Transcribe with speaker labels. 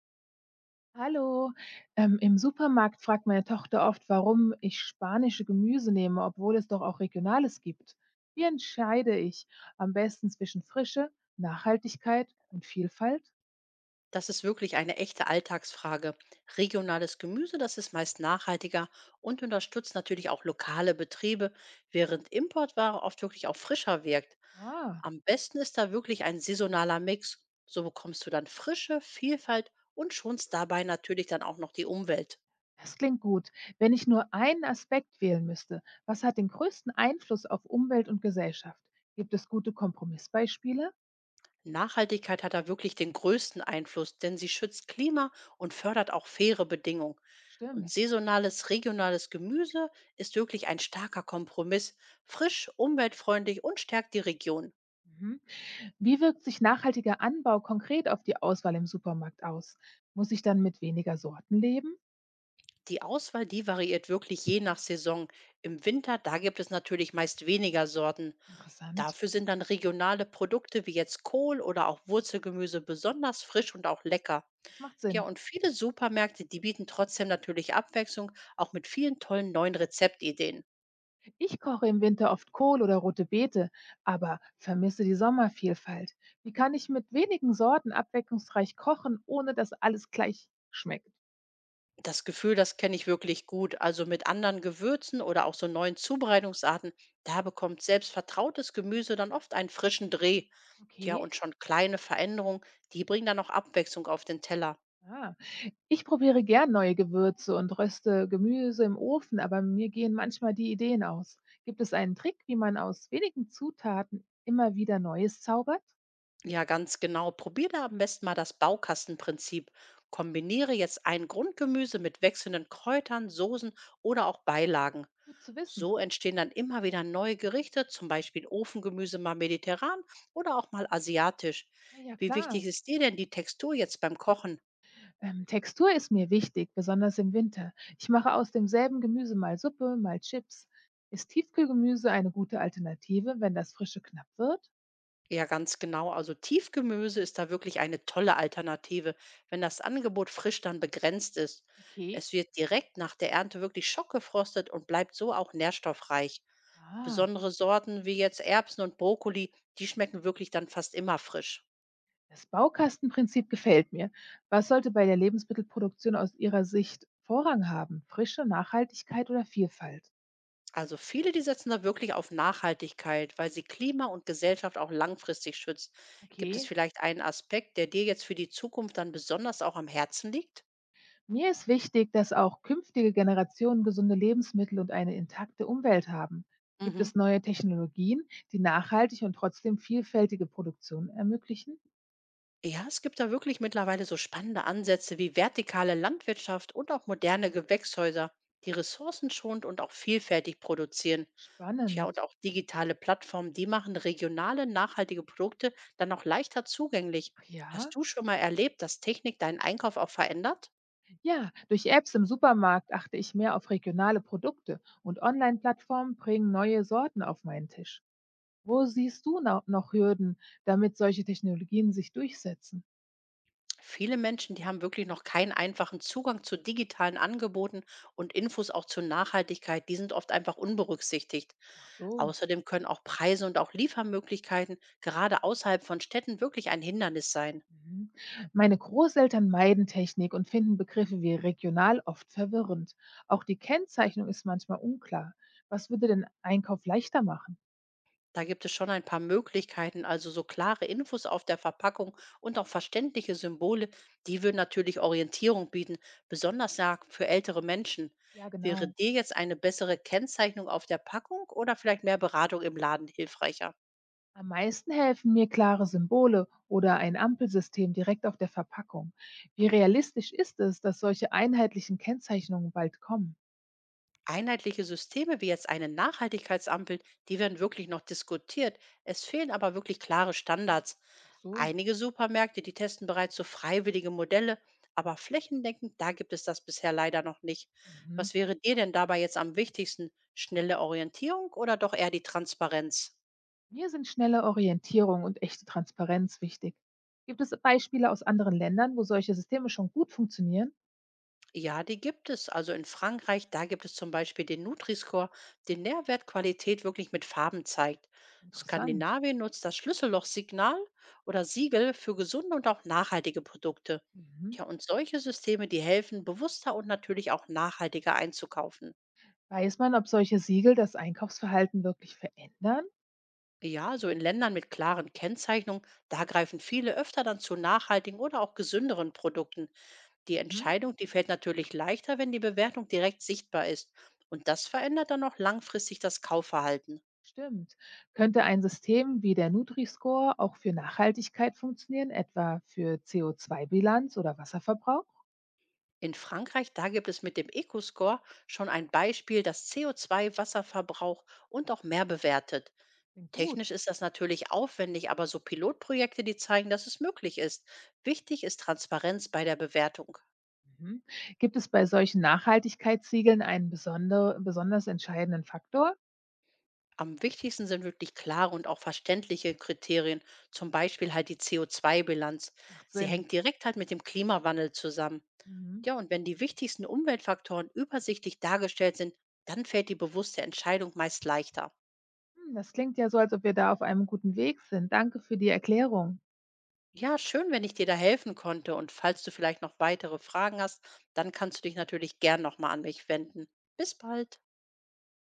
Speaker 1: Hallo, im Supermarkt fragt meine Tochter oft, warum ich spanische Gemüse nehme, obwohl es doch auch regionales gibt. Wie entscheide ich am besten zwischen Frische, Nachhaltigkeit und Vielfalt?
Speaker 2: Das ist wirklich eine echte Alltagsfrage. Regionales Gemüse, das ist meist nachhaltiger und unterstützt natürlich auch lokale Betriebe, während Importware oft wirklich auch frischer wirkt.
Speaker 1: Ah,
Speaker 2: Am besten ist da wirklich ein saisonaler Mix. So bekommst du dann frische Vielfalt und schonst dabei natürlich dann auch noch die Umwelt.
Speaker 1: das klingt gut. Wenn ich nur einen Aspekt wählen müsste, was hat den größten Einfluss auf Umwelt und Gesellschaft? Gibt es gute Kompromissbeispiele?
Speaker 2: Nachhaltigkeit hat da wirklich den größten Einfluss, denn sie schützt Klima und fördert auch faire Bedingungen. Und
Speaker 1: Stimmt.
Speaker 2: saisonales, regionales Gemüse ist wirklich ein starker Kompromiss, frisch, umweltfreundlich und stärkt die Region.
Speaker 1: Mhm. Wie wirkt sich nachhaltiger Anbau konkret auf die Auswahl im Supermarkt aus? Muss ich dann mit weniger Sorten leben?
Speaker 2: Die Auswahl, die variiert wirklich je nach Saison. Im Winter, da gibt es natürlich meist weniger Sorten.
Speaker 1: Interessant.
Speaker 2: Dafür sind dann regionale Produkte wie jetzt Kohl oder auch Wurzelgemüse besonders frisch und auch lecker.
Speaker 1: Das macht
Speaker 2: Ja,
Speaker 1: Sinn.
Speaker 2: und viele Supermärkte, die bieten trotzdem natürlich Abwechslung, auch mit vielen tollen neuen Rezeptideen.
Speaker 1: Ich koche im Winter oft Kohl oder rote Beete, aber vermisse die Sommervielfalt. Wie kann ich mit wenigen Sorten abwechslungsreich kochen, ohne dass alles gleich schmeckt?
Speaker 2: Das Gefühl, das kenne ich wirklich gut. Also mit anderen Gewürzen oder auch so neuen Zubereitungsarten, da bekommt selbst vertrautes Gemüse dann oft einen frischen Dreh. Ja,
Speaker 1: Okay.
Speaker 2: und schon kleine Veränderungen, die bringen dann auch Abwechslung auf den Teller.
Speaker 1: Ah. Ich probiere gern neue Gewürze und röste Gemüse im Ofen, aber mir gehen manchmal die Ideen aus. Gibt es einen Trick, wie man aus wenigen Zutaten immer wieder Neues zaubert?
Speaker 2: Ja, ganz genau. Probier da am besten mal das Baukastenprinzip. Kombiniere jetzt ein Grundgemüse mit wechselnden Kräutern, Soßen oder auch Beilagen.
Speaker 1: Gut zu wissen.
Speaker 2: So entstehen dann immer wieder neue Gerichte, zum Beispiel Ofengemüse mal mediterran oder auch mal asiatisch.
Speaker 1: Ah, ja,
Speaker 2: Wie
Speaker 1: klar.
Speaker 2: wichtig ist dir denn die Textur jetzt beim Kochen?
Speaker 1: Textur ist mir wichtig, besonders im Winter. Ich mache aus demselben Gemüse mal Suppe, mal Chips. Ist Tiefkühlgemüse eine gute Alternative, wenn das Frische knapp wird?
Speaker 2: Ja, ganz genau. Also Tiefgemüse ist da wirklich eine tolle Alternative, wenn das Angebot frisch dann begrenzt ist.
Speaker 1: Okay.
Speaker 2: Es wird direkt nach der Ernte wirklich schockgefrostet und bleibt so auch nährstoffreich.
Speaker 1: Ah,
Speaker 2: Besondere Sorten wie jetzt Erbsen und Brokkoli, die schmecken wirklich dann fast immer frisch.
Speaker 1: das Baukastenprinzip gefällt mir. Was sollte bei der Lebensmittelproduktion aus Ihrer Sicht Vorrang haben? Frische, Nachhaltigkeit oder Vielfalt?
Speaker 2: Also viele, die setzen da wirklich auf Nachhaltigkeit, weil sie Klima und Gesellschaft auch langfristig schützt. Gibt es
Speaker 1: Okay.
Speaker 2: vielleicht einen Aspekt, der dir jetzt für die Zukunft dann besonders auch am Herzen liegt?
Speaker 1: Mir ist wichtig, dass auch künftige Generationen gesunde Lebensmittel und eine intakte Umwelt haben. Gibt
Speaker 2: Mhm.
Speaker 1: es neue Technologien, die nachhaltig und trotzdem vielfältige Produktion ermöglichen?
Speaker 2: Ja, es gibt da wirklich mittlerweile so spannende Ansätze wie vertikale Landwirtschaft und auch moderne Gewächshäuser, die ressourcenschonend und auch vielfältig produzieren. Tja, und
Speaker 1: Spannend.
Speaker 2: auch digitale Plattformen, die machen regionale, nachhaltige Produkte dann auch leichter zugänglich.
Speaker 1: Ja,
Speaker 2: Hast du schon mal erlebt, dass Technik deinen Einkauf auch verändert?
Speaker 1: ja, durch Apps im Supermarkt achte ich mehr auf regionale Produkte und Online-Plattformen bringen neue Sorten auf meinen Tisch. Wo siehst du noch Hürden, damit solche Technologien sich durchsetzen?
Speaker 2: Viele Menschen, die haben wirklich noch keinen einfachen Zugang zu digitalen Angeboten und Infos auch zur Nachhaltigkeit. Die sind oft einfach unberücksichtigt.
Speaker 1: Ach so.
Speaker 2: Außerdem können auch Preise und auch Liefermöglichkeiten gerade außerhalb von Städten wirklich ein Hindernis sein.
Speaker 1: Mhm. Meine Großeltern meiden Technik und finden Begriffe wie regional oft verwirrend. Auch die Kennzeichnung ist manchmal unklar. Was würde den Einkauf leichter machen?
Speaker 2: Da gibt es schon ein paar Möglichkeiten, also so klare Infos auf der Verpackung und auch verständliche Symbole, die würden natürlich Orientierung bieten, besonders ja für ältere Menschen.
Speaker 1: Ja,
Speaker 2: Wäre
Speaker 1: genau.
Speaker 2: dir jetzt eine bessere Kennzeichnung auf der Packung oder vielleicht mehr Beratung im Laden hilfreicher?
Speaker 1: Am meisten helfen mir klare Symbole oder ein Ampelsystem direkt auf der Verpackung. Wie realistisch ist es, dass solche einheitlichen Kennzeichnungen bald kommen?
Speaker 2: Einheitliche Systeme wie jetzt eine Nachhaltigkeitsampel, die werden wirklich noch diskutiert. Es fehlen aber wirklich klare Standards.
Speaker 1: Ach so.
Speaker 2: Einige Supermärkte, die testen bereits so freiwillige Modelle, aber flächendeckend, da gibt es das bisher leider noch nicht.
Speaker 1: Mhm.
Speaker 2: Was wäre dir denn dabei jetzt am wichtigsten? Schnelle Orientierung oder doch eher die Transparenz?
Speaker 1: Mir sind schnelle Orientierung und echte Transparenz wichtig. Gibt es Beispiele aus anderen Ländern, wo solche Systeme schon gut funktionieren?
Speaker 2: Ja, die gibt es. Also in Frankreich, da gibt es zum Beispiel den Nutri-Score, den Nährwertqualität wirklich mit Farben zeigt.
Speaker 1: Interessant.
Speaker 2: Skandinavien nutzt das Schlüssellochsignal oder Siegel für gesunde und auch nachhaltige Produkte.
Speaker 1: Mhm.
Speaker 2: Ja, und solche Systeme, die helfen, bewusster und natürlich auch nachhaltiger einzukaufen.
Speaker 1: Weiß man, ob solche Siegel das Einkaufsverhalten wirklich verändern?
Speaker 2: Ja, so in Ländern mit klaren Kennzeichnungen, da greifen viele öfter dann zu nachhaltigen oder auch gesünderen Produkten. Die
Speaker 1: Mhm.
Speaker 2: Entscheidung, die fällt natürlich leichter, wenn die Bewertung direkt sichtbar ist. Und das verändert dann auch langfristig das Kaufverhalten.
Speaker 1: Stimmt. Könnte ein System wie der Nutri-Score auch für Nachhaltigkeit funktionieren, etwa für CO2-Bilanz oder Wasserverbrauch?
Speaker 2: In Frankreich, da gibt es mit dem Eco-Score schon ein Beispiel, das CO2, Wasserverbrauch und auch mehr bewertet.
Speaker 1: Klingt gut.
Speaker 2: Technisch ist das natürlich aufwendig, aber so Pilotprojekte, die zeigen, dass es möglich ist. Wichtig ist Transparenz bei der Bewertung.
Speaker 1: Mhm. Gibt es bei solchen Nachhaltigkeitssiegeln einen besonders entscheidenden Faktor?
Speaker 2: Am wichtigsten sind wirklich klare und auch verständliche Kriterien, zum Beispiel halt die CO2-Bilanz.
Speaker 1: Macht
Speaker 2: Sie
Speaker 1: Sinn.
Speaker 2: hängt direkt halt mit dem Klimawandel zusammen.
Speaker 1: Mhm.
Speaker 2: Ja, und wenn die wichtigsten Umweltfaktoren übersichtlich dargestellt sind, dann fällt die bewusste Entscheidung meist leichter.
Speaker 1: Hm, das klingt ja so, als ob wir da auf einem guten Weg sind. Danke für die Erklärung.
Speaker 2: Ja, schön, wenn ich dir da helfen konnte. Und falls du vielleicht noch weitere Fragen hast, dann kannst du dich natürlich gern nochmal an mich wenden. Bis bald.